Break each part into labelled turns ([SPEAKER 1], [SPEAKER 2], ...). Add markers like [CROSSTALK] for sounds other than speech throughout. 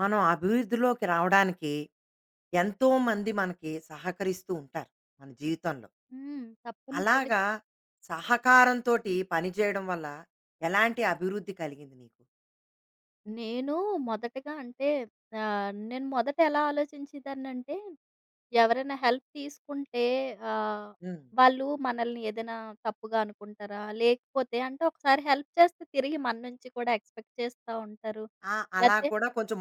[SPEAKER 1] మనం అభివృద్ధిలోకి రావడానికి ఎంతో మంది మనకి సహకరిస్తూ ఉంటారు మన జీవితంలో.
[SPEAKER 2] హ్మ్. తప్పనిసరి.
[SPEAKER 1] అలాగా సహకారంతోటి పని చేయడం వల్ల ఎలాంటి అభివృద్ధి కలిగింది నీకు?
[SPEAKER 2] నేను మొదటగా అంటే నేను మొదట ఎలా ఆలోచించేదాన్నంటే, ఎవరైనా హెల్ప్ తీసుకుంటే ఆహ్,
[SPEAKER 1] హ్మ్.
[SPEAKER 2] వాళ్ళు మనల్ని ఏదైనా తప్పుగా అనుకుంటారా? లేకపోతే అంటే ఒకసారి హెల్ప్ చేస్తే తిరిగి మన నుంచి కూడా ఎక్స్‌పెక్ట్ చేస్తా ఉంటారు.
[SPEAKER 1] ఆ! అలా
[SPEAKER 2] లేతే
[SPEAKER 1] కూడా కొంచెం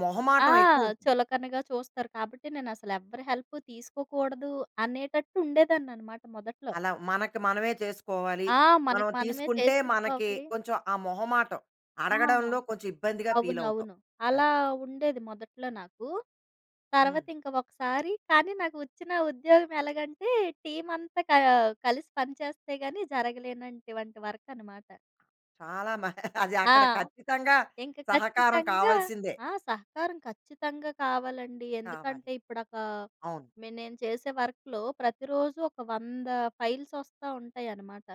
[SPEAKER 2] ఆ!
[SPEAKER 1] మొహమాటం ఎక్కువుంటుంది.
[SPEAKER 2] చులకనగా చూస్తారు. కాబట్టి నేనసలు ఎవ్వరి హెల్ప్ తీసుకోకూడదు అనేటట్టు ఉండేదాన్ననమాట మొదట్లో.
[SPEAKER 1] అలా మనకి మనమే చేసుకోవాలి.
[SPEAKER 2] ఆ!
[SPEAKER 1] మనం
[SPEAKER 2] మనకి మనమే
[SPEAKER 1] తీసుకుంటే మనకి
[SPEAKER 2] చేసేసుకోవాలి.
[SPEAKER 1] కొంచెం ఆ మొహమాటం
[SPEAKER 2] ఆ!
[SPEAKER 1] అడగడంలో కొంచెం ఇబ్బందిగా ఫీలవుతాం.
[SPEAKER 2] అవునవును. అలా
[SPEAKER 1] అది.
[SPEAKER 2] ఉండేది మొదట్లో నాకు.
[SPEAKER 1] హ్మ్.
[SPEAKER 2] తర్వాత ఇంక ఒకసారి కానీ నాకు వచ్చిన ఉద్యోగం ఎలాగంటే టీమంతా క కలిసి పనిచేస్తే గాని జరగలేనంటివంటి వర్క్ అనమాట.
[SPEAKER 1] చాలా మ [LAUGHS] అది
[SPEAKER 2] ఆ!
[SPEAKER 1] అక్కడ ఖచ్చితంగా
[SPEAKER 2] ఇంక
[SPEAKER 1] సహకారం
[SPEAKER 2] ఖచ్చితంగా
[SPEAKER 1] కావాల్సిందే.
[SPEAKER 2] ఆ! సహకారం ఖచ్చితంగా కావాలండి.
[SPEAKER 1] కావాలి.
[SPEAKER 2] ఎందుకంటే ఇప్పుడొక
[SPEAKER 1] అవును.
[SPEAKER 2] నేను చేసే వర్క్‌లో ప్రతిరోజు ఒక 100 ఫైల్స్ ఒస్తా ఉంటాయనమాట.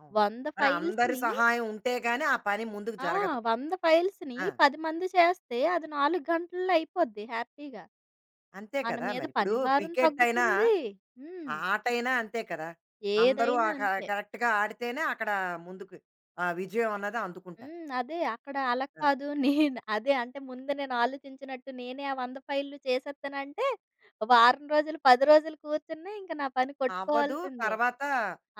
[SPEAKER 1] అవును.
[SPEAKER 2] 100
[SPEAKER 1] మరి అందరి
[SPEAKER 2] ఫైల్స్‌ని
[SPEAKER 1] సహాయం ఉంటే గాని ఆ పని ముందుకు
[SPEAKER 2] ఆ!
[SPEAKER 1] జరగదు.
[SPEAKER 2] 100 ఫైల్స్‌ని
[SPEAKER 1] ఆ!
[SPEAKER 2] 10 మంది చేస్తే అది 4 గంటల్లో అయిపోద్ది హ్యాపీగా.
[SPEAKER 1] అంతే
[SPEAKER 2] మన
[SPEAKER 1] కదా!
[SPEAKER 2] మీద
[SPEAKER 1] మరి. ఇప్పుడు
[SPEAKER 2] పని భారం
[SPEAKER 1] క్రికెట్ అయినా,
[SPEAKER 2] తగ్గుతుంది.
[SPEAKER 1] ఆ
[SPEAKER 2] హ్మ్.
[SPEAKER 1] ఆటైనా అంతే కదా! అందరూ ఆ
[SPEAKER 2] ఏదైనా
[SPEAKER 1] క
[SPEAKER 2] అంతే.
[SPEAKER 1] కరెక్ట్‌గా ఆడితేనే అక్కడ ముందుకు ఆహ్, విజయం అన్నది అందుకుంటారు.
[SPEAKER 2] హ్మ్. అదే అక్కడ అలా
[SPEAKER 1] ఆ!
[SPEAKER 2] కాదు. [LAUGHS] నేను అదే అంటే ముందు నేను ఆలోచించినట్టు నేనే ఆ 100 ఫైల్‌లు చేసేత్తానంటే, వారం రోజులు, 10 రోజులు కూర్చున్నా ఇంక నా పని
[SPEAKER 1] అవ్వదు.
[SPEAKER 2] కొట్టుకోవాల్సిందే.
[SPEAKER 1] తర్వాత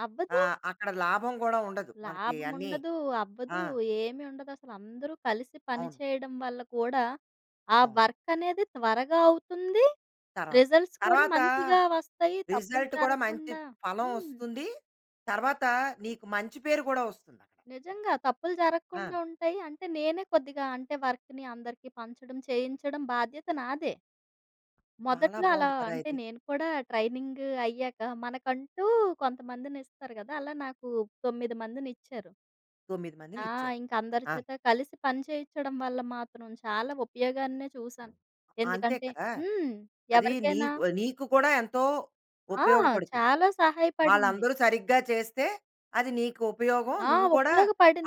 [SPEAKER 2] అవ్వదు.
[SPEAKER 1] ఆహ్, అక్కడ లాభం గూడా ఉండదు. మనకి
[SPEAKER 2] లాభం
[SPEAKER 1] అన్నీ
[SPEAKER 2] ఉండదు. అవ్వదు.
[SPEAKER 1] ఆ!
[SPEAKER 2] ఏమి ఉండదసలు. అందరూ కలిసి పని
[SPEAKER 1] అవును.
[SPEAKER 2] చేయడం వల్ల కూడా ఆ
[SPEAKER 1] అవును.
[SPEAKER 2] వర్క్ అనేది త్వరగా అవుతుంది.
[SPEAKER 1] తర్వాత.
[SPEAKER 2] రిజల్ట్స్ కూడా
[SPEAKER 1] తర్వాత
[SPEAKER 2] మంచిగా వస్తాయి. తప్పులు
[SPEAKER 1] రిజల్ట్ కూడా మంచి
[SPEAKER 2] జరగకుండా.
[SPEAKER 1] ఫలం
[SPEAKER 2] హ్మ్.
[SPEAKER 1] వస్తుంది. తర్వాత నీకు మంచి పేరు గూడా వస్తుందక్కడ.
[SPEAKER 2] నిజంగా. తప్పులు
[SPEAKER 1] ఆ!
[SPEAKER 2] జరగకుండా ఉంటాయి. అంటే నేనే కొద్దిగా అంటే వర్క్‌ని అందరికి పంచడం, చేయించడం బాధ్యత నాదే.
[SPEAKER 1] చాలా
[SPEAKER 2] మొదట్లో అలా
[SPEAKER 1] బావుంది కదా!
[SPEAKER 2] అంటే
[SPEAKER 1] ఇది.
[SPEAKER 2] నేను కూడా ట్రైనింగ్ అయ్యాక మనకంటూ కొంతమందినిస్తారు గదా! అలా నాకు 9 మందినిచ్చారు.
[SPEAKER 1] 9
[SPEAKER 2] ఆ!
[SPEAKER 1] మందినిచ్చారు.
[SPEAKER 2] ఇంక అందరి
[SPEAKER 1] ఆ!
[SPEAKER 2] చేత కలిసి పని చేయించడం వల్ల మాత్రం చాలా ఉపయోగాన్నే చూసాను.
[SPEAKER 1] అంతే
[SPEAKER 2] ఎందుకంటే
[SPEAKER 1] కదా!
[SPEAKER 2] హ్మ్.
[SPEAKER 1] అది
[SPEAKER 2] ఎవరికైనా
[SPEAKER 1] నీకు నీకు కూడా ఎంతో
[SPEAKER 2] ఆ!
[SPEAKER 1] ఉపయోగపడుతుంది.
[SPEAKER 2] చాలా సహాయపడింది.
[SPEAKER 1] వాళ్ళందరూ సరిగ్గా చేస్తే అది నీకు ఉపయోగం.
[SPEAKER 2] ఆ!
[SPEAKER 1] నువ్వు కూడా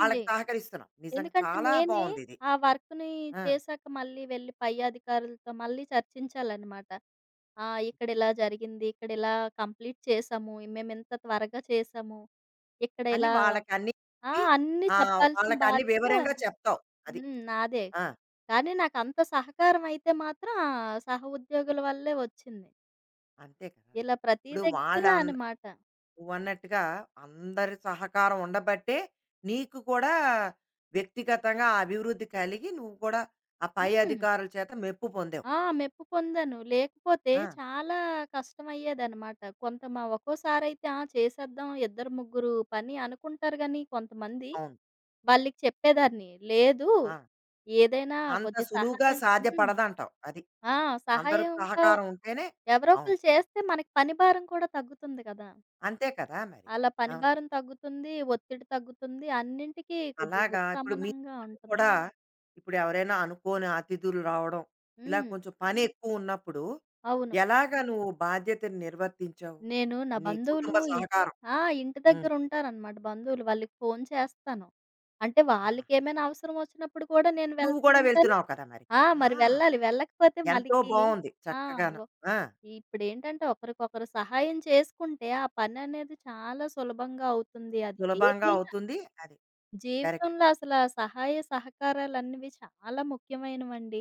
[SPEAKER 1] వాళ్ళకి సహకరిస్తున్నావు. నిజంగా
[SPEAKER 2] ఎందుకంటే
[SPEAKER 1] చాలా
[SPEAKER 2] నేనే
[SPEAKER 1] బావుందిది.
[SPEAKER 2] ఆ వర్క్‌ని
[SPEAKER 1] ఆ!
[SPEAKER 2] చేశాక మళ్ళీ వెళ్లి పై అధికారులతో మళ్ళీ చర్చించాలనమాట. ఆ! ఇక్కడ ఇలా జరిగింది. ఇక్కడ ఇలా కంప్లీట్ చేశాము. మేమింత త్వరగా చేశాము. ఇక్కడ
[SPEAKER 1] అని
[SPEAKER 2] ఇలా
[SPEAKER 1] వాళ్ళకన్నీ
[SPEAKER 2] ఆ!
[SPEAKER 1] చెప్పి
[SPEAKER 2] అన్నీ
[SPEAKER 1] ఆహ్,
[SPEAKER 2] చెప్పాల్సిన
[SPEAKER 1] వాళ్ళకన్నీ
[SPEAKER 2] బాధ్యత
[SPEAKER 1] వివరంగా చెప్తావు. అది.
[SPEAKER 2] హ్మ్. నాదే.
[SPEAKER 1] ఆ!
[SPEAKER 2] కానీ నాకంత సహకారం అయితే మాత్రం ఆ సహ ఉద్యోగుల వల్లే వచ్చింది.
[SPEAKER 1] అంతే కదా!
[SPEAKER 2] ఇలా ప్రతి
[SPEAKER 1] ఇప్పుడు
[SPEAKER 2] దగ్గర
[SPEAKER 1] వాళ్ళం
[SPEAKER 2] అనమాట.
[SPEAKER 1] నువ్వన్నట్టుగా అందరి సహకారం ఉండబట్టే నీకు కూడా వ్యక్తిగతంగా ఆ అభివృద్ధి కలిగి నువ్వు కూడా ఆ పై
[SPEAKER 2] హ్మ్.
[SPEAKER 1] అధికారుల చేత మెప్పు పొందావు.
[SPEAKER 2] ఆ! మెప్పు పొందాను. లేకపోతే
[SPEAKER 1] ఆ!
[SPEAKER 2] చాలా కష్టమయ్యేదనమాట. కొంత మా ఒక్కోసారయితే ఆ! చేసేద్దాం ఇద్దరు, ముగ్గురు పని అనుకుంటారు గానీ కొంతమంది,
[SPEAKER 1] అవును.
[SPEAKER 2] వాళ్ళకి చెప్పేదాన్ని. లేదు
[SPEAKER 1] ఆ!
[SPEAKER 2] ఏదైనా
[SPEAKER 1] అంత
[SPEAKER 2] కొద్ది
[SPEAKER 1] సులువుగా
[SPEAKER 2] సహాయం హ్మ్.
[SPEAKER 1] సాధ్యపడదంటావు. అది.
[SPEAKER 2] ఆ!
[SPEAKER 1] అందరి
[SPEAKER 2] సహాయంగా
[SPEAKER 1] సహకారం ఉంటేనే
[SPEAKER 2] ఎవరో
[SPEAKER 1] అవును.
[SPEAKER 2] ఒకళ్ళు చేస్తే మనకి పని భారం కూడా తగ్గుతుంది కదా!
[SPEAKER 1] అంతే కదా మరి.
[SPEAKER 2] అలా పని
[SPEAKER 1] అవును.
[SPEAKER 2] భారం తగ్గుతుంది, ఒత్తిడి తగ్గుతుంది, అన్నింటికి కొద్దిగా
[SPEAKER 1] అలాగా ఇప్పుడు మీ
[SPEAKER 2] ఉపశమనంగా
[SPEAKER 1] ఇంట్లో
[SPEAKER 2] ఉంటుంది.
[SPEAKER 1] కూడా ఇప్పుడు ఎవరైనా అనుకోని అతిథులు రావడం, ఇలా
[SPEAKER 2] హ్మ్.
[SPEAKER 1] కొంచెం పని ఎక్కువ ఉన్నప్పుడు
[SPEAKER 2] అవును.
[SPEAKER 1] ఎలాగా నువ్వు బాధ్యతను నిర్వర్తించావు?
[SPEAKER 2] నేను నా
[SPEAKER 1] నీ
[SPEAKER 2] బంధువులు
[SPEAKER 1] కుటుంబ
[SPEAKER 2] ఇ
[SPEAKER 1] సహకారం.
[SPEAKER 2] ఆ! ఇంటి
[SPEAKER 1] హ్మ్.
[SPEAKER 2] దగ్గరుంటారనమాట బంధువులు. వాళ్ళకి ఫోను చేస్తాను. అంటే
[SPEAKER 1] ఆహా!
[SPEAKER 2] వాళ్ళకేమైనా అవసరం వచ్చినప్పుడు కూడా నేను
[SPEAKER 1] నువ్వు
[SPEAKER 2] వెళ్తూ
[SPEAKER 1] కూడా
[SPEAKER 2] ఉంటాను.
[SPEAKER 1] వెళ్తున్నావు కదా మరి.
[SPEAKER 2] ఆ!
[SPEAKER 1] ఆ!
[SPEAKER 2] మరి వెళ్ళాలి. వెళ్ళకపోతే
[SPEAKER 1] ఎంతో
[SPEAKER 2] మనకి
[SPEAKER 1] బావుంది
[SPEAKER 2] ఆ!
[SPEAKER 1] చక్కగాను.
[SPEAKER 2] ఒ
[SPEAKER 1] ఆ!
[SPEAKER 2] ఇప్పుడేంటంటే ఒకరికొకరు సహాయం చేసుకుంటే ఆ పననేది చాలా సులభంగా అవుతుంది. అది
[SPEAKER 1] సులభంగా
[SPEAKER 2] ఏదైనా
[SPEAKER 1] అవుతుంది. అది కరెక్ట్.
[SPEAKER 2] జీవితంలో అసలా సహాయ సహకారాలన్నవి చాలా ముఖ్యమైనవండి.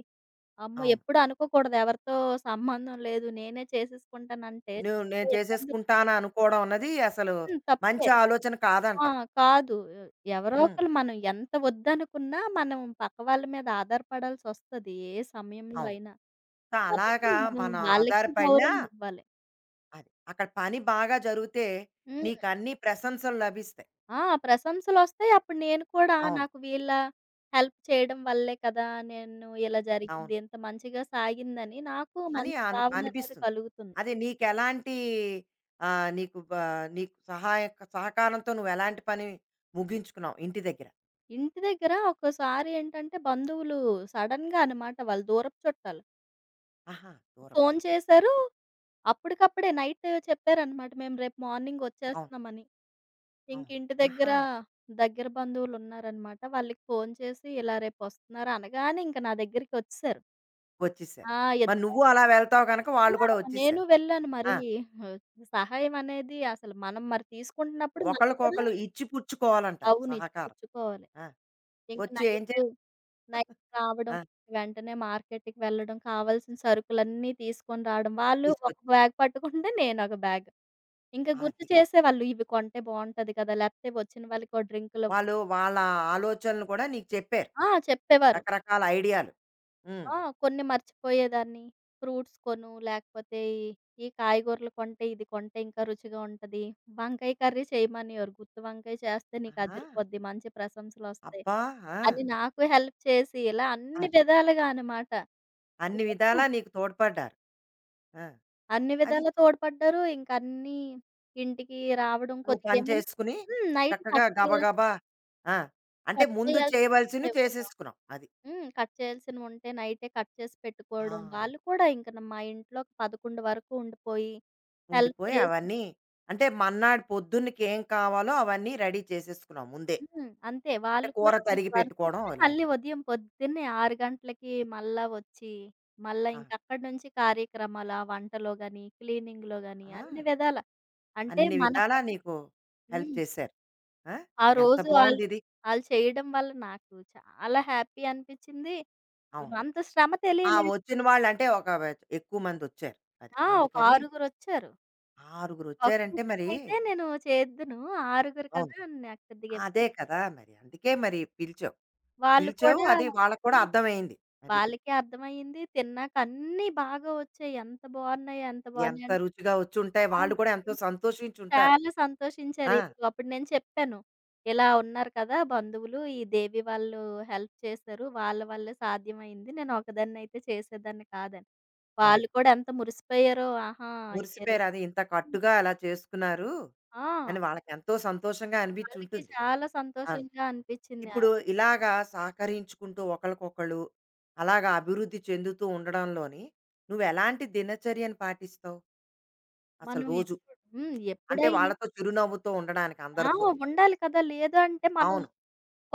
[SPEAKER 2] అమ్మో!
[SPEAKER 1] అవును.
[SPEAKER 2] ఎప్పుడు అనుకోకూడదు ఎవరితో సంబంధం లేదు నేనే చేసేసుకుంటానంటే
[SPEAKER 1] నువ్వు నేను
[SPEAKER 2] చాలా ఇబ్బంది
[SPEAKER 1] చేసేసుకుంటాను అనుకోవడం అన్నది అసలు
[SPEAKER 2] హ్మ్. తప్పే.
[SPEAKER 1] మంచి ఆలోచన
[SPEAKER 2] ఆ!
[SPEAKER 1] కాదంటావు.
[SPEAKER 2] కాదు. ఎవరో
[SPEAKER 1] హ్మ్.
[SPEAKER 2] ఒకళ్ళు మనం ఎంత వద్దనుకున్నా, మనం పక్క వాళ్ళ మీద ఆధారపడాల్సొస్తది. ఏ సమయంలో
[SPEAKER 1] అవును.
[SPEAKER 2] అయినా.
[SPEAKER 1] సో,
[SPEAKER 2] కాబట్టి
[SPEAKER 1] అలాగా
[SPEAKER 2] మనం
[SPEAKER 1] మనం
[SPEAKER 2] వాళ్ళకి
[SPEAKER 1] ఆధారపడినా
[SPEAKER 2] గౌరవం ఇవ్వాలి.
[SPEAKER 1] అది. అక్కడ పని బాగా జరిగితే
[SPEAKER 2] హ్మ్.
[SPEAKER 1] నీకన్ని ప్రశంసలు లభిస్తాయి.
[SPEAKER 2] ఆ! ప్రశంసలొస్తాయి. అప్పుడు నేను కూడా
[SPEAKER 1] అవును.
[SPEAKER 2] నాకు వీళ్ళ హెల్ప్ చేయడం వల్లే కదా! నేను ఇలా
[SPEAKER 1] అవును.
[SPEAKER 2] జరిగింది. ఇంత మంచిగా సాగిందని నాకు
[SPEAKER 1] అని
[SPEAKER 2] మంచి
[SPEAKER 1] అను
[SPEAKER 2] భావన అనేది
[SPEAKER 1] అనిపిస్తుంది.
[SPEAKER 2] కలుగుతుంది.
[SPEAKER 1] అది నీకెలాంటి ఆహ్, నీకు బ నీకు సహాయక సహకారంతో నువ్వెలాంటి పని ముగించుకున్నావు ఇంటి దగ్గర?
[SPEAKER 2] ఇంటి దగ్గర ఒక్కోసారి ఏంటంటే బంధువులు సడెన్‌గా అనమాట వాళ్ళు దూరపు చుట్టాలు.
[SPEAKER 1] ఆహా! దూరపు
[SPEAKER 2] ఫోను
[SPEAKER 1] చుట్టాలు.
[SPEAKER 2] చేశారు అప్పటికప్పుడే నైట్ చెప్పారనమాట. మేము రేపు మార్నింగ్
[SPEAKER 1] అవును.
[SPEAKER 2] ఒచ్చేస్తున్నామని. ఇంక
[SPEAKER 1] అవును.
[SPEAKER 2] ఇంటి దగ్గర,
[SPEAKER 1] ఆహా!
[SPEAKER 2] దగ్గర బంధువులున్నారనమాట. వాళ్ళకి ఫోను చేసి ఇలా రేపొస్తున్నారు అనగానే ఇంక నా దగ్గరికొచ్చేసారు.
[SPEAKER 1] వచ్చేసారు.
[SPEAKER 2] ఆ!
[SPEAKER 1] మరి
[SPEAKER 2] ఇద్దరం
[SPEAKER 1] నువ్వు అలా వెళ్తావు గనక వాళ్ళు
[SPEAKER 2] ఆ!
[SPEAKER 1] కూడా
[SPEAKER 2] నేను
[SPEAKER 1] వచ్చేసారు.
[SPEAKER 2] వెళ్ళాను మరి
[SPEAKER 1] ఆ!
[SPEAKER 2] ఆ, సహాయం అనేది అసలు మనం మరి తీసుకుంటున్నప్పుడు మనం కూడా
[SPEAKER 1] ఒకళ్ళకొకళ్ళు ఇచ్చిపుచ్చుకోవాలంటావు
[SPEAKER 2] అవును.
[SPEAKER 1] సహకారం.
[SPEAKER 2] ఇచ్చిపుచ్చుకోవాలి.
[SPEAKER 1] ఆ!
[SPEAKER 2] ఇంక
[SPEAKER 1] వచ్చి ఏం
[SPEAKER 2] నైటు,
[SPEAKER 1] చేస్
[SPEAKER 2] నైట్ రావడం,
[SPEAKER 1] ఆ!
[SPEAKER 2] వెంటనే మార్కెట్‌కి వెళ్ళడం, కావాల్సిన సరుకులన్నీ తీసుకొని రావడం. వాళ్ళు ఒక
[SPEAKER 1] తీసుకొచ్చి
[SPEAKER 2] బ్యాగ్ పట్టుకుంటే నేనొక బ్యాగ్. ఇంకా గుర్తు
[SPEAKER 1] అది.
[SPEAKER 2] చేసేవాళ్ళు. ఇవి కొంటే బావుంటది కదా! లేపోతే వచ్చిన వాళ్ళకో డ్రింకులు
[SPEAKER 1] వాళ్ళు వాళ్ళ ఆలోచనలు కూడా నీకు చెప్పారు.
[SPEAKER 2] ఆ! చెప్పేవారు.
[SPEAKER 1] రకరకాల ఐడియాలు. హ్మ్.
[SPEAKER 2] ఆ! కొన్ని మర్చిపోయేదాన్ని. ఫ్రూట్స్ కొను, లేకపోతే ఈ ఈ కాయగూరలు కొంటే, ఇది కొంటే ఇంకా రుచిగా ఉంటది. వంకాయ కర్రీ చేయమనేవారు. గుత్తి వంకాయ చేస్తే నీకు
[SPEAKER 1] ఆహా!
[SPEAKER 2] అదిరిపోద్ది. మంచి ప్రశంసలొస్తాయి.
[SPEAKER 1] అబ్బా! ఆ!
[SPEAKER 2] అని నాకు హెల్ప్ చేసి ఇలా అన్ని
[SPEAKER 1] అది.
[SPEAKER 2] విధాలుగా అనమాట.
[SPEAKER 1] అన్ని
[SPEAKER 2] నిజంగా
[SPEAKER 1] విధాలా నీకు తోడ్పడ్డారు. ఆ!
[SPEAKER 2] అన్ని
[SPEAKER 1] అది
[SPEAKER 2] విధాలా తోడ్పడ్డారు. ఇంక అన్నీ ఇంటికి రావడం
[SPEAKER 1] నువ్వు
[SPEAKER 2] కొద్దిగా
[SPEAKER 1] పని
[SPEAKER 2] ఏమైనా
[SPEAKER 1] చేసుకుని
[SPEAKER 2] హ్మ్. నైట్
[SPEAKER 1] చక్కగా
[SPEAKER 2] కట్ చేయాల్
[SPEAKER 1] గబగబా ఆ! అంటే
[SPEAKER 2] కట్
[SPEAKER 1] ముందు
[SPEAKER 2] చేయాల్సినవి
[SPEAKER 1] చేయవలసినవి
[SPEAKER 2] ఉండేవి కదా!
[SPEAKER 1] చేసేసుకున్నావు. అది.
[SPEAKER 2] హ్మ్. కట్ చేయాల్సినవుంటే నైటే కట్ చేసి
[SPEAKER 1] ఆ!
[SPEAKER 2] పెట్టుకోవడం. వాళ్ళు
[SPEAKER 1] అది.
[SPEAKER 2] కూడా ఇంక మా ఇంట్లో 11 వరకు ఉండిపోయి హెల్ప్
[SPEAKER 1] ఉండిపోయి
[SPEAKER 2] చేసి
[SPEAKER 1] అవన్నీ అంటే మన్నాడు పొద్దున్నకి ఏం కావాలో అవన్నీ రెడీ చేసేసుకున్నాం ముందే.
[SPEAKER 2] హ్మ్. అంతే.
[SPEAKER 1] అంటే
[SPEAKER 2] వాళ్ళు
[SPEAKER 1] కూర
[SPEAKER 2] కూడా
[SPEAKER 1] తరిగి
[SPEAKER 2] అంతవరకు
[SPEAKER 1] పెట్టుకోవడం
[SPEAKER 2] ఉండి మళ్ళీ
[SPEAKER 1] ఇలాంటివి.
[SPEAKER 2] ఉదయం పొద్దున్నే 6 గంటలకి మళ్ళా వచ్చి, మళ్ళా
[SPEAKER 1] ఆ!
[SPEAKER 2] ఇంకక్కడి నుంచి కార్యక్రమాలు. ఆ వంటలో గాని, క్లీనింగ్‌లో గాని
[SPEAKER 1] ఆ!
[SPEAKER 2] అన్ని విధాల. అంటే
[SPEAKER 1] అన్ని
[SPEAKER 2] మన
[SPEAKER 1] విధాలా
[SPEAKER 2] పని
[SPEAKER 1] నీకు హెల్ప్
[SPEAKER 2] హ్మ్.
[SPEAKER 1] చేశారు. ఆ!
[SPEAKER 2] ఆ
[SPEAKER 1] ఎంత
[SPEAKER 2] రోజు ఆళ్ళు
[SPEAKER 1] బావుందిది.
[SPEAKER 2] ఆళ్ళు చేయడం వల్ల నాకు చాలా హ్యాపీ అనిపిచ్చింది.
[SPEAKER 1] అవును.
[SPEAKER 2] అంత శ్రమ
[SPEAKER 1] ఆ!
[SPEAKER 2] తెలియలేదు.
[SPEAKER 1] వచ్చిన వాళ్ళంటే ఒక వ ఎక్కువ మందొచ్చారు. అది.
[SPEAKER 2] ఆ! ఒక
[SPEAKER 1] అందుకని
[SPEAKER 2] ఆరుగురొచ్చారు.
[SPEAKER 1] ఆరుగురొచ్చారంటే మరి
[SPEAKER 2] ఒకరిద్దరికైతే నేను చేద్దును. ఆరుగురు
[SPEAKER 1] అవును.
[SPEAKER 2] కదా! నాకు కొద్దిగా
[SPEAKER 1] అదే
[SPEAKER 2] ఇబ్బంది.
[SPEAKER 1] కదా! మరి. అందుకే మరి పిలిచావు.
[SPEAKER 2] వాళ్ళు
[SPEAKER 1] పిలిచావు
[SPEAKER 2] కూడా
[SPEAKER 1] అది వాళ్ళకి కూడా
[SPEAKER 2] హ్మ్.
[SPEAKER 1] అర్థమయింది. అది.
[SPEAKER 2] వాళ్ళకి అర్థమయ్యింది. తిన్నాక అన్నీ బాగా వచ్చాయి. ఎంత బాగున్నాయి, ఎంత బాగున్నాయి
[SPEAKER 1] ఎంత
[SPEAKER 2] అంటే
[SPEAKER 1] రుచిగా వచ్చుంటాయి.
[SPEAKER 2] ఆ!
[SPEAKER 1] వాళ్ళు కూడా ఎంతో సంతోషించుంటారు.
[SPEAKER 2] చాలా సంతోషించారు.
[SPEAKER 1] ఆ!
[SPEAKER 2] ఇదిగో అప్పుడు నేను చెప్పాను. ఇలా ఉన్నారు కదా! బంధువులు ఈ దేవి వాళ్ళు హెల్ప్ చేశారు. వాళ్ళ వల్లే సాధ్యమైంది. నేను ఒకదాన్ని అయితే చేసేదాన్ని కాదని.
[SPEAKER 1] అవును.
[SPEAKER 2] వాళ్ళు కూడా ఎంత మురిసిపోయారో ఆహా! ఈ
[SPEAKER 1] మురిసిపోయారు.
[SPEAKER 2] రెసిపీ
[SPEAKER 1] అది ఇంత కట్టుగా అలా చేసుకున్నారు
[SPEAKER 2] ఆ!
[SPEAKER 1] అని వాళ్ళకెంతో సంతోషంగా
[SPEAKER 2] వాళ్ళకి
[SPEAKER 1] అనిపించుంటుంది.
[SPEAKER 2] చాలా
[SPEAKER 1] అవును.
[SPEAKER 2] సంతోషంగా అనిపించింది.
[SPEAKER 1] ఇప్పుడు ఇలాగా సహకరించుకుంటూ ఒకళ్ళకొకళ్ళు అలాగా అభివృద్ధి చెందుతూ ఉండడంలోని నువ్వెలాంటి దినచర్యను పాటిస్తావు? అసలు
[SPEAKER 2] మనం
[SPEAKER 1] రోజు.
[SPEAKER 2] ఎప్పుడు హ్మ్.
[SPEAKER 1] అంటే
[SPEAKER 2] ఎప్పుడైనా
[SPEAKER 1] వాళ్ళతో చిరునవ్వుతో ఉండడానికి
[SPEAKER 2] ఆ!
[SPEAKER 1] అందరితో.
[SPEAKER 2] ఉండాలి కదా! లేదు అంటే మనం
[SPEAKER 1] అవును.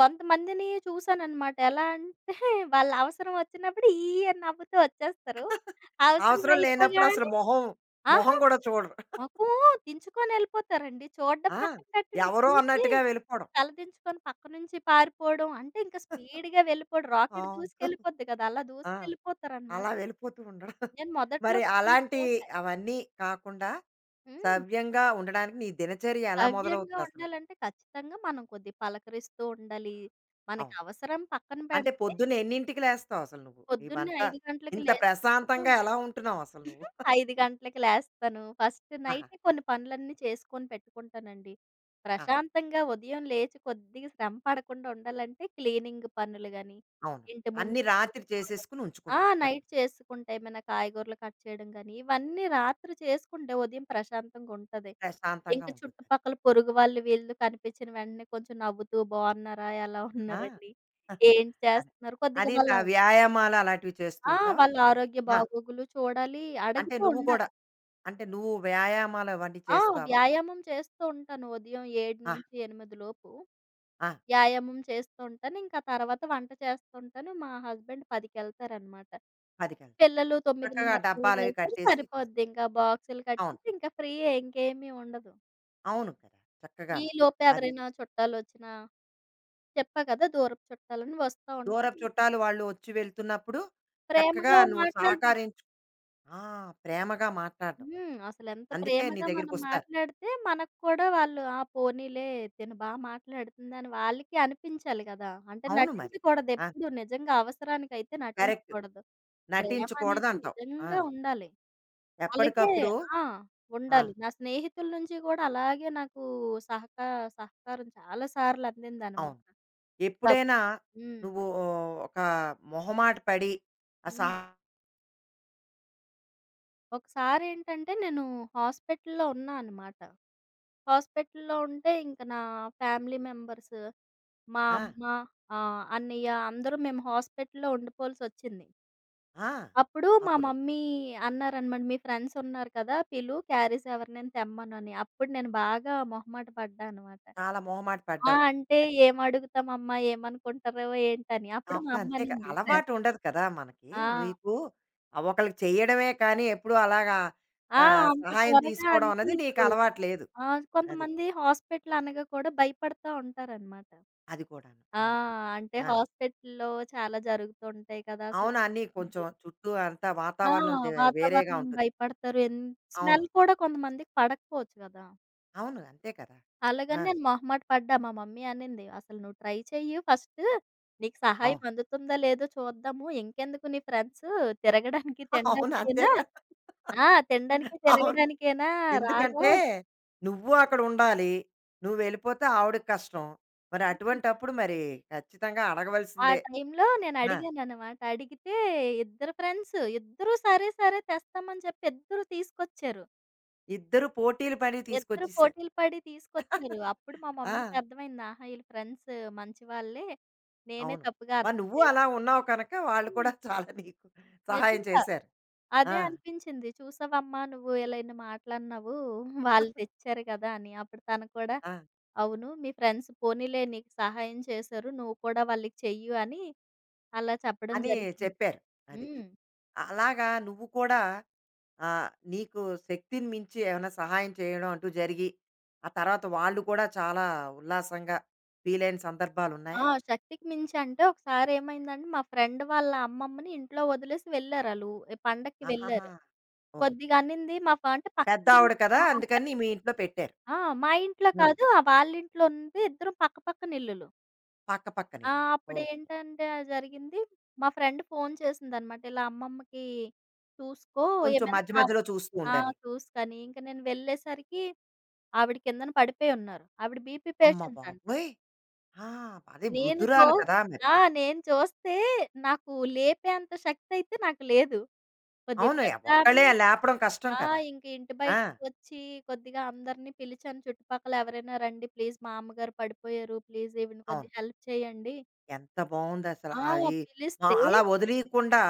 [SPEAKER 2] కొంతమందిని చూసానన్నమాట. ఎలా అంటే వాళ్ళ అవసరం వచ్చినప్పుడు ఈ అని నవ్వుతూ వచ్చేస్తారు.
[SPEAKER 1] [LAUGHS]
[SPEAKER 2] అవసరం
[SPEAKER 1] అవసరం లేనప్పుడు అసలు
[SPEAKER 2] అయిపోగానే
[SPEAKER 1] మొహం, మొహం
[SPEAKER 2] ఆహా!
[SPEAKER 1] కూడా చూడరు.
[SPEAKER 2] మొఖం దించుకొని ఎళ్ళిపోతారండి. చూడడం
[SPEAKER 1] ఆ!
[SPEAKER 2] పక్కన పెట్టండి.
[SPEAKER 1] ఎవరో
[SPEAKER 2] చూసి
[SPEAKER 1] అన్నట్టుగా వెళ్ళిపోవడం.
[SPEAKER 2] తలదించుకొని పక్క నుంచి పారిపోవడం. అంటే ఇంకా స్పీడ్‌గా వెళ్ళిపోవడం. రాకెట్
[SPEAKER 1] అవును. [LAUGHS]
[SPEAKER 2] దూసుకెళ్ళిపోద్ది కదా! అలా
[SPEAKER 1] ఆ!
[SPEAKER 2] దూసుకెళ్ళిపోతారన్నమాట.
[SPEAKER 1] అలా వెళ్ళిపోతూ ఉండడం.
[SPEAKER 2] నేను మొదట్లో
[SPEAKER 1] మరి
[SPEAKER 2] కొంచెం
[SPEAKER 1] అలాంటి
[SPEAKER 2] చూడలే.
[SPEAKER 1] అవన్నీ కాకుండా
[SPEAKER 2] హ్మ్.
[SPEAKER 1] సవ్యంగా ఉండడానికి నీ దినచర్య ఎలా
[SPEAKER 2] సవ్యంగా
[SPEAKER 1] మొదలవుతుందసలు?
[SPEAKER 2] ఉండాలంటే ఖచ్చితంగా మనం కొద్దిగా పలకరిస్తూ ఉండాలి. మనకి
[SPEAKER 1] అవును.
[SPEAKER 2] అవసరం పక్కన
[SPEAKER 1] అంటే
[SPEAKER 2] పెడితే
[SPEAKER 1] పొద్దున్న ఎన్నింటికి లేస్తావు అసలు నువ్వు?
[SPEAKER 2] పొద్దున్నే
[SPEAKER 1] ఇవంతా
[SPEAKER 2] 5 గంటలకి
[SPEAKER 1] ఇంత
[SPEAKER 2] లేస్తా
[SPEAKER 1] ప్రశాంతంగా ఎలా ఉంటున్నావసలు నువ్వు?
[SPEAKER 2] [LAUGHS] 5 గంటలకి లేస్తాను. ఫస్ట్
[SPEAKER 1] ఆహా!
[SPEAKER 2] నైటే కొన్ని పనులన్నీ చేసుకొని పెట్టుకుంటానండి.
[SPEAKER 1] ఆహా!
[SPEAKER 2] ప్రశాంతంగా ఉదయం లేచి కొద్దిగా శ్రమ పడకుండా ఉండాలంటే క్లీనింగ్ పనులు గాని,
[SPEAKER 1] అవును.
[SPEAKER 2] ఇంటి ముందు
[SPEAKER 1] అన్నీ రాత్రి
[SPEAKER 2] ముగ్గేసుకోవడం
[SPEAKER 1] చేసేసుకొని
[SPEAKER 2] ఆ!
[SPEAKER 1] ఉంచుకుంటావు
[SPEAKER 2] నైట్
[SPEAKER 1] చక్కగా.
[SPEAKER 2] చేసుకుంటే ఏమైనా కాయగూరలు కట్ చేయడం గాని, ఇవన్నీ రాత్రి చేసుకుంటే ఉదయం ప్రశాంతంగా ఉంటది.
[SPEAKER 1] ప్రశాంతంగా
[SPEAKER 2] ఇంక
[SPEAKER 1] ఉంటుంది. అది.
[SPEAKER 2] చుట్టుపక్కల పొరుగు వాళ్ళు వీళ్ళు కనిపించిన వెంటనే కొంచెం నవ్వుతూ బాగున్నారా? ఎలా
[SPEAKER 1] ఆహా!
[SPEAKER 2] ఉన్నారండి?
[SPEAKER 1] [LAUGHS]
[SPEAKER 2] ఏం
[SPEAKER 1] అది.
[SPEAKER 2] చేస్తున్నారు? కొద్దిగా
[SPEAKER 1] అది త
[SPEAKER 2] వాళ్ళ
[SPEAKER 1] వ్యాయామాలు అలాంటివి చేస్తూ
[SPEAKER 2] ఆ!
[SPEAKER 1] ఉంటావా?
[SPEAKER 2] వాళ్ళ
[SPEAKER 1] అదే.
[SPEAKER 2] ఆరోగ్య
[SPEAKER 1] ఆ!
[SPEAKER 2] బాగోగులు చూడాలి.
[SPEAKER 1] అంటే
[SPEAKER 2] అడుగుతూ
[SPEAKER 1] నువ్వు
[SPEAKER 2] ఉండాలి.
[SPEAKER 1] కూడా అంటే నువ్వు వ్యాయామాలు అవన్నీ
[SPEAKER 2] ఆ!
[SPEAKER 1] చేస్తావా?
[SPEAKER 2] వ్యాయామం చేస్తూ ఉంటాను. ఉదయం
[SPEAKER 1] ఆ!
[SPEAKER 2] 7-8 లోపు
[SPEAKER 1] ఆ!
[SPEAKER 2] వ్యాయామం చేస్తూ ఉంటాను. ఇంకా తర్వాత వంట చేస్తూ ఉంటాను. మా హస్బెండ్ 10కి వెళ్తారనమాట.
[SPEAKER 1] 10
[SPEAKER 2] పిల్లలు
[SPEAKER 1] చక్కగా
[SPEAKER 2] 9:30
[SPEAKER 1] డబ్బాలవి
[SPEAKER 2] వెళ్తారు.
[SPEAKER 1] కట్టేసి చేస్తావు.
[SPEAKER 2] సరిపోద్ది. ఇంకా బాక్సులు
[SPEAKER 1] అవును.
[SPEAKER 2] కట్టేసి ఇంకా ఫ్రీయే ఇంకేమీ ఉండదు.
[SPEAKER 1] అవును కదా! చక్కగాను.
[SPEAKER 2] ఈలోపు
[SPEAKER 1] అది.
[SPEAKER 2] ఎవరైనా చుట్టాలొచ్చినా చెప్పా కదా! దూరపు చుట్టాలని వస్తా
[SPEAKER 1] దూరపు
[SPEAKER 2] ఉంటారు.
[SPEAKER 1] చుట్టాలు వాళ్ళు వచ్చి వెళ్తున్నప్పుడు చక్కగా
[SPEAKER 2] ప్రేమగా
[SPEAKER 1] నువ్వు
[SPEAKER 2] మాట్లాడి
[SPEAKER 1] సహకరించు ఆ! ప్రేమగా మాట్లాడడం.
[SPEAKER 2] హ్మ్. అసలెంత
[SPEAKER 1] అందుకే నీ
[SPEAKER 2] ప్రేమగా మనం
[SPEAKER 1] దగ్గరికొస్తారు.
[SPEAKER 2] మాట్లాడితే మనకు కూడా వాళ్ళు ఆ! పోనీలే తిను బా మాట్లాడుతుందని వాళ్ళకి అనిపించాలి కదా! అంటే
[SPEAKER 1] అవును మరి.
[SPEAKER 2] నటించకూడదు
[SPEAKER 1] ఆ!
[SPEAKER 2] ఎప్పుడు నిజంగా అవసరానికైతే
[SPEAKER 1] కరెక్ట్.
[SPEAKER 2] నటించకూడదు. ప్రేమ అనేది
[SPEAKER 1] నటించకూడదంటావు. ఆ!
[SPEAKER 2] నిజంగా ఉండాలి. అలాగే
[SPEAKER 1] ఎప్పటికప్పుడు
[SPEAKER 2] ఆ!
[SPEAKER 1] ఆ!
[SPEAKER 2] ఉండాలి. నా స్నేహితుల నుంచి కూడా అలాగే నాకు సహకా సహకారం చాలా సార్లు అందిందనమాట.
[SPEAKER 1] అవును.
[SPEAKER 2] తప్
[SPEAKER 1] ఎప్పుడైనా
[SPEAKER 2] హ్మ్.
[SPEAKER 1] నువ్వు ఓ, ఒక మొహమాట పడి ఆ!
[SPEAKER 2] హ్మ్.
[SPEAKER 1] సహా
[SPEAKER 2] ఒకసారేంటంటే నేను హాస్పిటల్‌లో ఉన్నా అనమాట. హాస్పిటల్‌లో ఉంటే ఇంక నా ఫ్యామిలీ మెంబర్స్ మా
[SPEAKER 1] ఆ!
[SPEAKER 2] అమ్మ, అన్నయ్య అందరూ మేము హాస్పిటల్‌లో ఉండిపోవాల్సొచ్చింది.
[SPEAKER 1] ఆ!
[SPEAKER 2] అప్పుడు మా
[SPEAKER 1] అప్పుడు
[SPEAKER 2] మమ్మీ అన్నారనమాట, "మీ ఫ్రెండ్స్ ఉన్నారు కదా! పిలు క్యారేజ్ ఎవరినైనా తెమ్మనని." అప్పుడు నేను బాగా మొహమాట పడ్డా అనమాట.
[SPEAKER 1] చాలా మొహమాట
[SPEAKER 2] ఆ!
[SPEAKER 1] పడ్డావు.
[SPEAKER 2] అంటే "ఏమడుగుతామమ్మా? ఏమనుకుంటారో ఏంటని?" అప్పుడు మా
[SPEAKER 1] అవును.
[SPEAKER 2] అమ్మ
[SPEAKER 1] అంతే కదా!
[SPEAKER 2] అనింది. "ఫ్రె-
[SPEAKER 1] అలవాటు ఉండదు కదా మనకి.
[SPEAKER 2] ఆ!
[SPEAKER 1] నీకు ఆహ్, ఒకళ్ళకి చెయ్యడమే కానీ ఎప్పుడూ అలాగా
[SPEAKER 2] ఆ!
[SPEAKER 1] ఆహ్,
[SPEAKER 2] అంత
[SPEAKER 1] సహాయం
[SPEAKER 2] త్వరగా
[SPEAKER 1] తీసుకోవడం
[SPEAKER 2] అంటే
[SPEAKER 1] అన్నది నీకు
[SPEAKER 2] ఇప్పుడు
[SPEAKER 1] అలవాటు లేదు.
[SPEAKER 2] ఆ!
[SPEAKER 1] అది.
[SPEAKER 2] కొంతమంది హాస్పిటల్ అనగా కూడా భయపడతా ఉంటారనమాట.
[SPEAKER 1] అది కూడాను.
[SPEAKER 2] ఆ!
[SPEAKER 1] అవును.
[SPEAKER 2] అంటే
[SPEAKER 1] ఆ!
[SPEAKER 2] హాస్పిటల్‌లో చాలా జరుగుతుంటాయి కదా! అసలు
[SPEAKER 1] అవును. అన్నీ కొంచెం చుట్టూ అంతా
[SPEAKER 2] ఆ!
[SPEAKER 1] వాతావరణం దే వేరేగా
[SPEAKER 2] వాతావరణం
[SPEAKER 1] ఉంటుంది.
[SPEAKER 2] భయపడతారు.
[SPEAKER 1] అవును.
[SPEAKER 2] స్మెల్ కూడా కొంతమందికి పడకపోవచ్చు కదా!
[SPEAKER 1] అవును. అంతే కదా! ఆ!
[SPEAKER 2] అలాగని నేను మొహమాట పడ్డా. మా మమ్మీ అనింది, "అసలు నువ్వు ట్రై చెయ్యి ఫస్ట్. నీకు సహాయం
[SPEAKER 1] అవును.
[SPEAKER 2] అందుతుందా లేదో చూద్దాము. ఇంకెందుకు నీ ఫ్రెండ్స్ తిరగడానికి
[SPEAKER 1] [LAUGHS] అవును. అంతే
[SPEAKER 2] తినడానికేనా
[SPEAKER 1] కదా!
[SPEAKER 2] ఆ! తినడానికి
[SPEAKER 1] అవును.
[SPEAKER 2] తిరగడానికేనా రారా"
[SPEAKER 1] ఎందుకంటే నువ్వు అక్కడ ఉండాలి. నువ్వెళ్ళిపోతే ఆవిడకి కష్టం. మరి అటువంటప్పుడు మరి ఖచ్చితంగా
[SPEAKER 2] ఆ
[SPEAKER 1] అడగవలసిందే.
[SPEAKER 2] టైంలో
[SPEAKER 1] ఆ!
[SPEAKER 2] నేనడిగాననమాట. అడిగితే ఇద్దరు ఫ్రెండ్స్ ఇద్దరూ సరే, సరే తెస్తామని చెప్పి ఇద్దరు తీసుకొచ్చారు.
[SPEAKER 1] ఇద్దరు పోటీలు పడి
[SPEAKER 2] ఇద్దరు
[SPEAKER 1] తీసుకొచ్చేసారు.
[SPEAKER 2] పోటీలు పడి తీసుకొచ్చారు. అప్పుడు మా
[SPEAKER 1] ఆ!
[SPEAKER 2] మమ్మీకి అర్థమైంది. ఆహా! ఈళ్ళు ఫ్రెండ్స్ మంచివాళ్ళే. నేనే
[SPEAKER 1] అవును.
[SPEAKER 2] తప్పుగా
[SPEAKER 1] మరి
[SPEAKER 2] అర్థం
[SPEAKER 1] నువ్వు అలా ఉన్నావు కనుక వాళ్ళు కూడా
[SPEAKER 2] చేసుకొని
[SPEAKER 1] చాలా నీకు సహాయం
[SPEAKER 2] నిజంగా.
[SPEAKER 1] చేశారు. ఆ!
[SPEAKER 2] అదే అనిపించింది. చూసావమ్మా నువ్వు ఇలా ఇన్ని మాటలన్నావు. వాళ్ళు తెచ్చారు కదా! అని. అప్పుడు తను కూడా
[SPEAKER 1] ఆ!
[SPEAKER 2] అవును. మీ ఫ్రెండ్స్ పోనీలే నీకు సహాయం చేశారు. నువ్వు కూడా వాళ్ళకి చెయ్యు అని అలా చెప్పడం
[SPEAKER 1] అని
[SPEAKER 2] జరిగింది.
[SPEAKER 1] చెప్పారు. అది.
[SPEAKER 2] హ్మ్.
[SPEAKER 1] అలాగా నువ్వు కూడా ఆహ్, నీకు శక్తిని మించి ఏమైనా సహాయం చేయడం అంటూ జరిగి, ఆ తర్వాత వాళ్ళు కూడా చాలా ఉల్లాసంగా ఫీల్ అయిన
[SPEAKER 2] ఆ!
[SPEAKER 1] సందర్భాలున్నాయా?
[SPEAKER 2] శక్తికి మించి అంటే ఒకసారేమైందంటే మా ఫ్రెండ్ వాళ్ళ అమ్మమ్మని ఇంట్లో వదిలేసి వెళ్లారాళ్ళు. ఈ పండక్కి
[SPEAKER 1] ఆహాహా!
[SPEAKER 2] వెళ్లారు.
[SPEAKER 1] ఓకే.
[SPEAKER 2] కొద్దిగా అన్నింది మా అంటే పక్కింటిలో
[SPEAKER 1] పెద్దావిడ కదా!
[SPEAKER 2] ఆ! పెద్
[SPEAKER 1] అందుకని మీ ఇంట్లో పెట్టారు.
[SPEAKER 2] ఆ! మా ఇంట్లో
[SPEAKER 1] ఆ!
[SPEAKER 2] కాదు ఆ వాళ్ళింట్లో ఉంది. ఇద్దరం పక్క పక్కన ఇల్లులు.
[SPEAKER 1] పక్క పక్కన
[SPEAKER 2] ఆ!
[SPEAKER 1] ఇల్లులు. ఓకే.
[SPEAKER 2] అప్పుడేంటంటే జరిగింది. మా ఫ్రెండ్ ఫోను చేసిందనమాట. ఇలా అమ్మమ్మకి చూసుకో
[SPEAKER 1] కొంచెం
[SPEAKER 2] ఏమైనా
[SPEAKER 1] మధ్య
[SPEAKER 2] కా
[SPEAKER 1] మధ్యలో చూస్తూ
[SPEAKER 2] ఆ!
[SPEAKER 1] ఉండని.
[SPEAKER 2] చూసుకని. ఇంక నేను వెళ్ళేసరికి ఆవిడ కిందన పడిపోయున్నారు. ఆవిడ బీపీ
[SPEAKER 1] అమ్మ
[SPEAKER 2] పేషెంట్ అంట.
[SPEAKER 1] బాబోయ్! ఆ! అదే
[SPEAKER 2] నేను చో
[SPEAKER 1] వృద్ధురాలు కదా మరి.
[SPEAKER 2] ఆ! నేను చూస్తే నాకు లేపేంత శక్తయితే నాకు లేదు. కొద్దిగా
[SPEAKER 1] అవును.
[SPEAKER 2] పెద్దామె
[SPEAKER 1] ఒక్కళ్ళే లేపడం కష్టం
[SPEAKER 2] ఆ!
[SPEAKER 1] కదా!
[SPEAKER 2] ఇంక ఇంటి
[SPEAKER 1] ఆ!
[SPEAKER 2] బయటకొచ్చి కొద్దిగా అందరిని పిలిచాను. చుట్టుపక్కల ఎవరైనా రండి ప్లీజ్ మా అమ్మగారు పడిపోయారు. ప్లీజ్ ఈవిడని
[SPEAKER 1] అవును.
[SPEAKER 2] కొద్దిగా హెల్ప్ చేయండి.
[SPEAKER 1] ఎంత బావుందసల
[SPEAKER 2] ఆ!
[SPEAKER 1] అది ఆహ్,
[SPEAKER 2] పిలిస్తే
[SPEAKER 1] అలా వదిలీయకుండా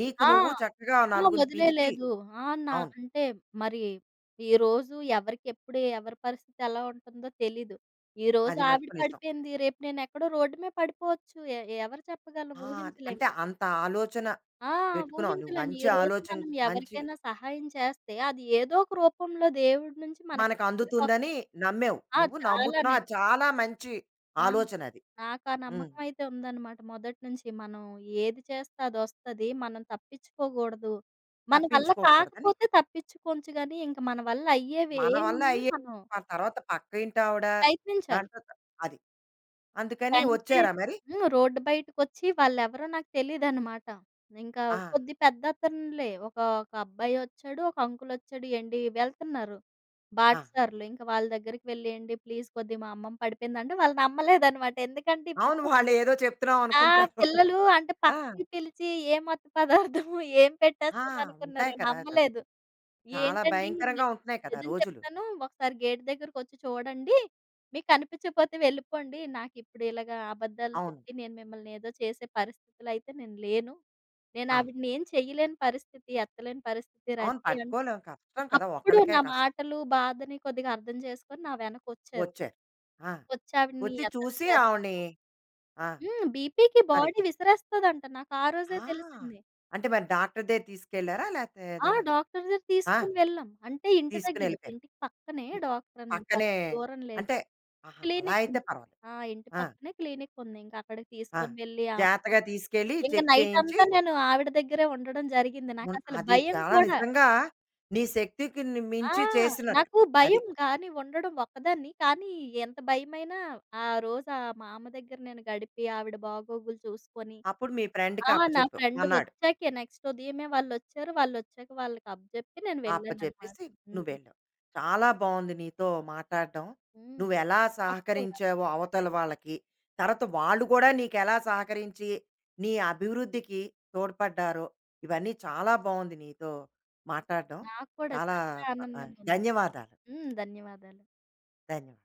[SPEAKER 1] నీకు
[SPEAKER 2] ఆ!
[SPEAKER 1] నువ్వు చక్కగా
[SPEAKER 2] ఆ!
[SPEAKER 1] నలుగురిని పిలిచి
[SPEAKER 2] వదిలేయలేదు. ఆ! నా
[SPEAKER 1] అవును.
[SPEAKER 2] అంటే మరి ఈరోజు ఎవరికెప్పుడు ఎవరి పరిస్థితి ఎలా ఉంటుందో తెలీదు. ఈరోజు
[SPEAKER 1] అది
[SPEAKER 2] ఆవిడ
[SPEAKER 1] మట్టుకు నిజం.
[SPEAKER 2] పడిపోయింది. రేపు నేనెక్కడో రోడ్డు మీద పడిపోవచ్చు. ఎవరు చెప్పగలరు?
[SPEAKER 1] ఆ!
[SPEAKER 2] ఊహించలేం
[SPEAKER 1] అంటే
[SPEAKER 2] కదా!
[SPEAKER 1] అంత ఆలోచన
[SPEAKER 2] ఆ!
[SPEAKER 1] పెట్టుకున్నావు. నువ్వు
[SPEAKER 2] ఊహించలేం.
[SPEAKER 1] మంచి
[SPEAKER 2] ఈరోజు
[SPEAKER 1] ఆలోచన
[SPEAKER 2] మనం
[SPEAKER 1] మంచి
[SPEAKER 2] ఎవరికైనా సహాయం చేస్తే, అది ఏదో ఒక రూపంలో దేవుడి నుంచి మనకి
[SPEAKER 1] మనకు అందుతుందని
[SPEAKER 2] తిరిగొస్తది.
[SPEAKER 1] నమ్మావు.
[SPEAKER 2] ఆ!
[SPEAKER 1] నువ్వు
[SPEAKER 2] చాలా
[SPEAKER 1] నమ్ముతున్నావు.
[SPEAKER 2] నేను
[SPEAKER 1] అది చాలా మంచి
[SPEAKER 2] ఆ!
[SPEAKER 1] ఆలోచనది.
[SPEAKER 2] నాకా
[SPEAKER 1] హ్మ్.
[SPEAKER 2] నమ్మకం అయితే ఉందనమాట మొదటి నుంచి. మనం ఏది చేస్తే అదొస్తది. మనం తప్పించుకోగూడదు. మన వల్ల
[SPEAKER 1] తప్పించుకోకూడదని
[SPEAKER 2] కాకపోతే తప్పించుకోవచ్చు గానీ, ఇంక మన వల్ల అయ్యేవి
[SPEAKER 1] మన వల్ల
[SPEAKER 2] ఏమున్నా
[SPEAKER 1] అయ్యే
[SPEAKER 2] మనం
[SPEAKER 1] ఆ తర్వాత పక్క ఇంటావిడ
[SPEAKER 2] ప్రయత్నించాలి.
[SPEAKER 1] దాంట్లో త- అది అందుకని
[SPEAKER 2] ఫ్రెండ్సే
[SPEAKER 1] వచ్చారా మరి
[SPEAKER 2] హ్మ్. రోడ్డు బయటకొచ్చి వాళ్ళెవరో నాకు తెలీదనమాట. ఇంకా
[SPEAKER 1] ఆ
[SPEAKER 2] కొద్ది పెద్దతనులే. ఒక, ఒక అబ్బాయొచ్చాడు, ఒక అంకులొచ్చాడు. ఏండి వెళ్తున్నారు
[SPEAKER 1] ఆ.
[SPEAKER 2] బాటసారులు. ఇంక వాళ్ళ దగ్గరికి వెళ్లి, "ఏండి ప్లీజ్ కొద్దిగా మా అమ్మమ్మ పడిపోయిందంటే" వాళ్ళు నమ్మలేదనమాట. ఎందుకంటే ఇప్పుడు
[SPEAKER 1] అవును వాళ్ళు ఏదో చెప్తున్నాం
[SPEAKER 2] ఆ!
[SPEAKER 1] అనుకుంటారు
[SPEAKER 2] పిల్లలు అంటే
[SPEAKER 1] ఆ
[SPEAKER 2] పక్కకి పిలిచి ఏం మత్తు పదార్థము, ఏం
[SPEAKER 1] ఆ
[SPEAKER 2] పెట్టేస్తారనుకున్నారు.
[SPEAKER 1] ఉంటాయి కదా అటు.
[SPEAKER 2] నమ్మలేదు.
[SPEAKER 1] చాలా
[SPEAKER 2] ఏంటండి నేను
[SPEAKER 1] భయంకరంగా ఉంటున్నాయి కదా
[SPEAKER 2] నిజం
[SPEAKER 1] రోజులు
[SPEAKER 2] చెప్తాను. ఒకసారి గేట్ దగ్గరకొచ్చి చూడండి. మీకు కనిపించకపోతే వెళ్ళిపోండి. నాకిప్పుడు ఇలాగా అబద్ధాలు
[SPEAKER 1] అవును
[SPEAKER 2] చెప్పి నేను మిమ్మల్ని ఏదో చేసే పరిస్థితిలో అయితే నేను లేను. నేను
[SPEAKER 1] అవును
[SPEAKER 2] ఆవిడని ఏం చేయలేని పరిస్థితి, ఎత్తలేని పరిస్థితి.
[SPEAKER 1] అవును
[SPEAKER 2] రండి అంటే
[SPEAKER 1] పట్టుకోలేం కష్టం కదా
[SPEAKER 2] అప్పుడు
[SPEAKER 1] ఒక్కళ్ళకే
[SPEAKER 2] నా
[SPEAKER 1] కష్టం
[SPEAKER 2] మాటలు, బాధని కొద్దిగా అర్థం చేసుకొని నా వెనకొచ్చారు.
[SPEAKER 1] వచ్చారు ఆ
[SPEAKER 2] వచ్చి ఆవిడని
[SPEAKER 1] వచ్చి
[SPEAKER 2] ఎత్తడం
[SPEAKER 1] చూసి
[SPEAKER 2] జరిగింది.
[SPEAKER 1] ఆవిడ్ని ఆ
[SPEAKER 2] హ్మ్. బీపీకి
[SPEAKER 1] మరి
[SPEAKER 2] బాడీ విసిరేస్తదంట. నాకు ఆ రోజే
[SPEAKER 1] ఆ
[SPEAKER 2] తెలిసింది.
[SPEAKER 1] అంటే మరి డాక్టర్ దగ్గర తీసుకెళ్లారా లేకపోతే
[SPEAKER 2] ఆ!
[SPEAKER 1] ఏదైనా
[SPEAKER 2] డాక్టర్ దగ్గరికి
[SPEAKER 1] ఆ
[SPEAKER 2] తీసుకొని వెళ్ళాం. అంటే ఇంటి
[SPEAKER 1] తీసుకుని
[SPEAKER 2] దగ్గరే.
[SPEAKER 1] వెళ్ళిపోయారు
[SPEAKER 2] ఇంటికి పక్కనే డాక్టర్ అన్నమాట.
[SPEAKER 1] పక్కనే
[SPEAKER 2] పెద్ద దూరం లేదు.
[SPEAKER 1] అంటే ఆహా, అలా
[SPEAKER 2] క్లినిక్
[SPEAKER 1] అయితే
[SPEAKER 2] ఉంది.
[SPEAKER 1] పర్వాలేదు
[SPEAKER 2] ఆ! ఇంటి
[SPEAKER 1] ఆ!
[SPEAKER 2] పక్కనే క్లినిక్ ఉంది. ఇంక అక్కడికి
[SPEAKER 1] ఆ!
[SPEAKER 2] తీసుకొని వెళ్ళి ఆ
[SPEAKER 1] జాగ్రత్తగా తీసుకెళ్ళి
[SPEAKER 2] ఇంక
[SPEAKER 1] చెక్ చేయించి
[SPEAKER 2] నైటంతా నేను ఆవిడ దగ్గరే ఉండడం జరిగింది.
[SPEAKER 1] ఉన్
[SPEAKER 2] నాకసలు
[SPEAKER 1] అది
[SPEAKER 2] భయం
[SPEAKER 1] చాలా
[SPEAKER 2] కూడా.
[SPEAKER 1] నిజంగా నీ శక్తికి ని
[SPEAKER 2] ఆ!
[SPEAKER 1] మించి చేసినట్టు.
[SPEAKER 2] నాకు
[SPEAKER 1] అది.
[SPEAKER 2] భయం గానీ ఉండడం ఒక్కదాన్ని. కానీ ఎంత భయమైనా ఆ రోజు ఆ మా అమ్మ దగ్గర నేను గడిపి ఆవిడ బాగోగులు చూసుకొని
[SPEAKER 1] అప్పుడు మీ ఫ్రెండ్‌కి
[SPEAKER 2] ఆ! నా
[SPEAKER 1] అప్పచెప్పావు.
[SPEAKER 2] ఫ్రెండ్
[SPEAKER 1] అన్నాడు.
[SPEAKER 2] వచ్చాకే నెక్స్ట్ ఉదయమే వాళ్ళొచ్చారు. వాళ్ళొచ్చాక వాళ్ళకి అప్పజెప్పి నేను వెళ్ళాననమాట.
[SPEAKER 1] అప్పచెప్పేసి
[SPEAKER 2] హ్మ్.
[SPEAKER 1] నువ్వు వెళ్ళావు. చాలా బావుంది నీతో మాట్లాడడం.
[SPEAKER 2] హ్మ్.
[SPEAKER 1] నువ్వెలా
[SPEAKER 2] నాకు కూడా.
[SPEAKER 1] సహకరించావో అవతల వాళ్ళకి, తర్వాత వాళ్ళు కూడా నీకెలా సహకరించి నీ అభివృద్ధికి తోడ్పడ్డారో, ఇవన్నీ చాలా బావుంది నీతో మాట్లాడడం.
[SPEAKER 2] నాకు కూడా
[SPEAKER 1] చాలా
[SPEAKER 2] చాలా
[SPEAKER 1] ఆహ్,
[SPEAKER 2] ఆనందంగా ఉంది.
[SPEAKER 1] ధన్యవాదాలు.
[SPEAKER 2] హ్మ్. ధన్యవాదాలు.
[SPEAKER 1] ధన్యవాదాలు.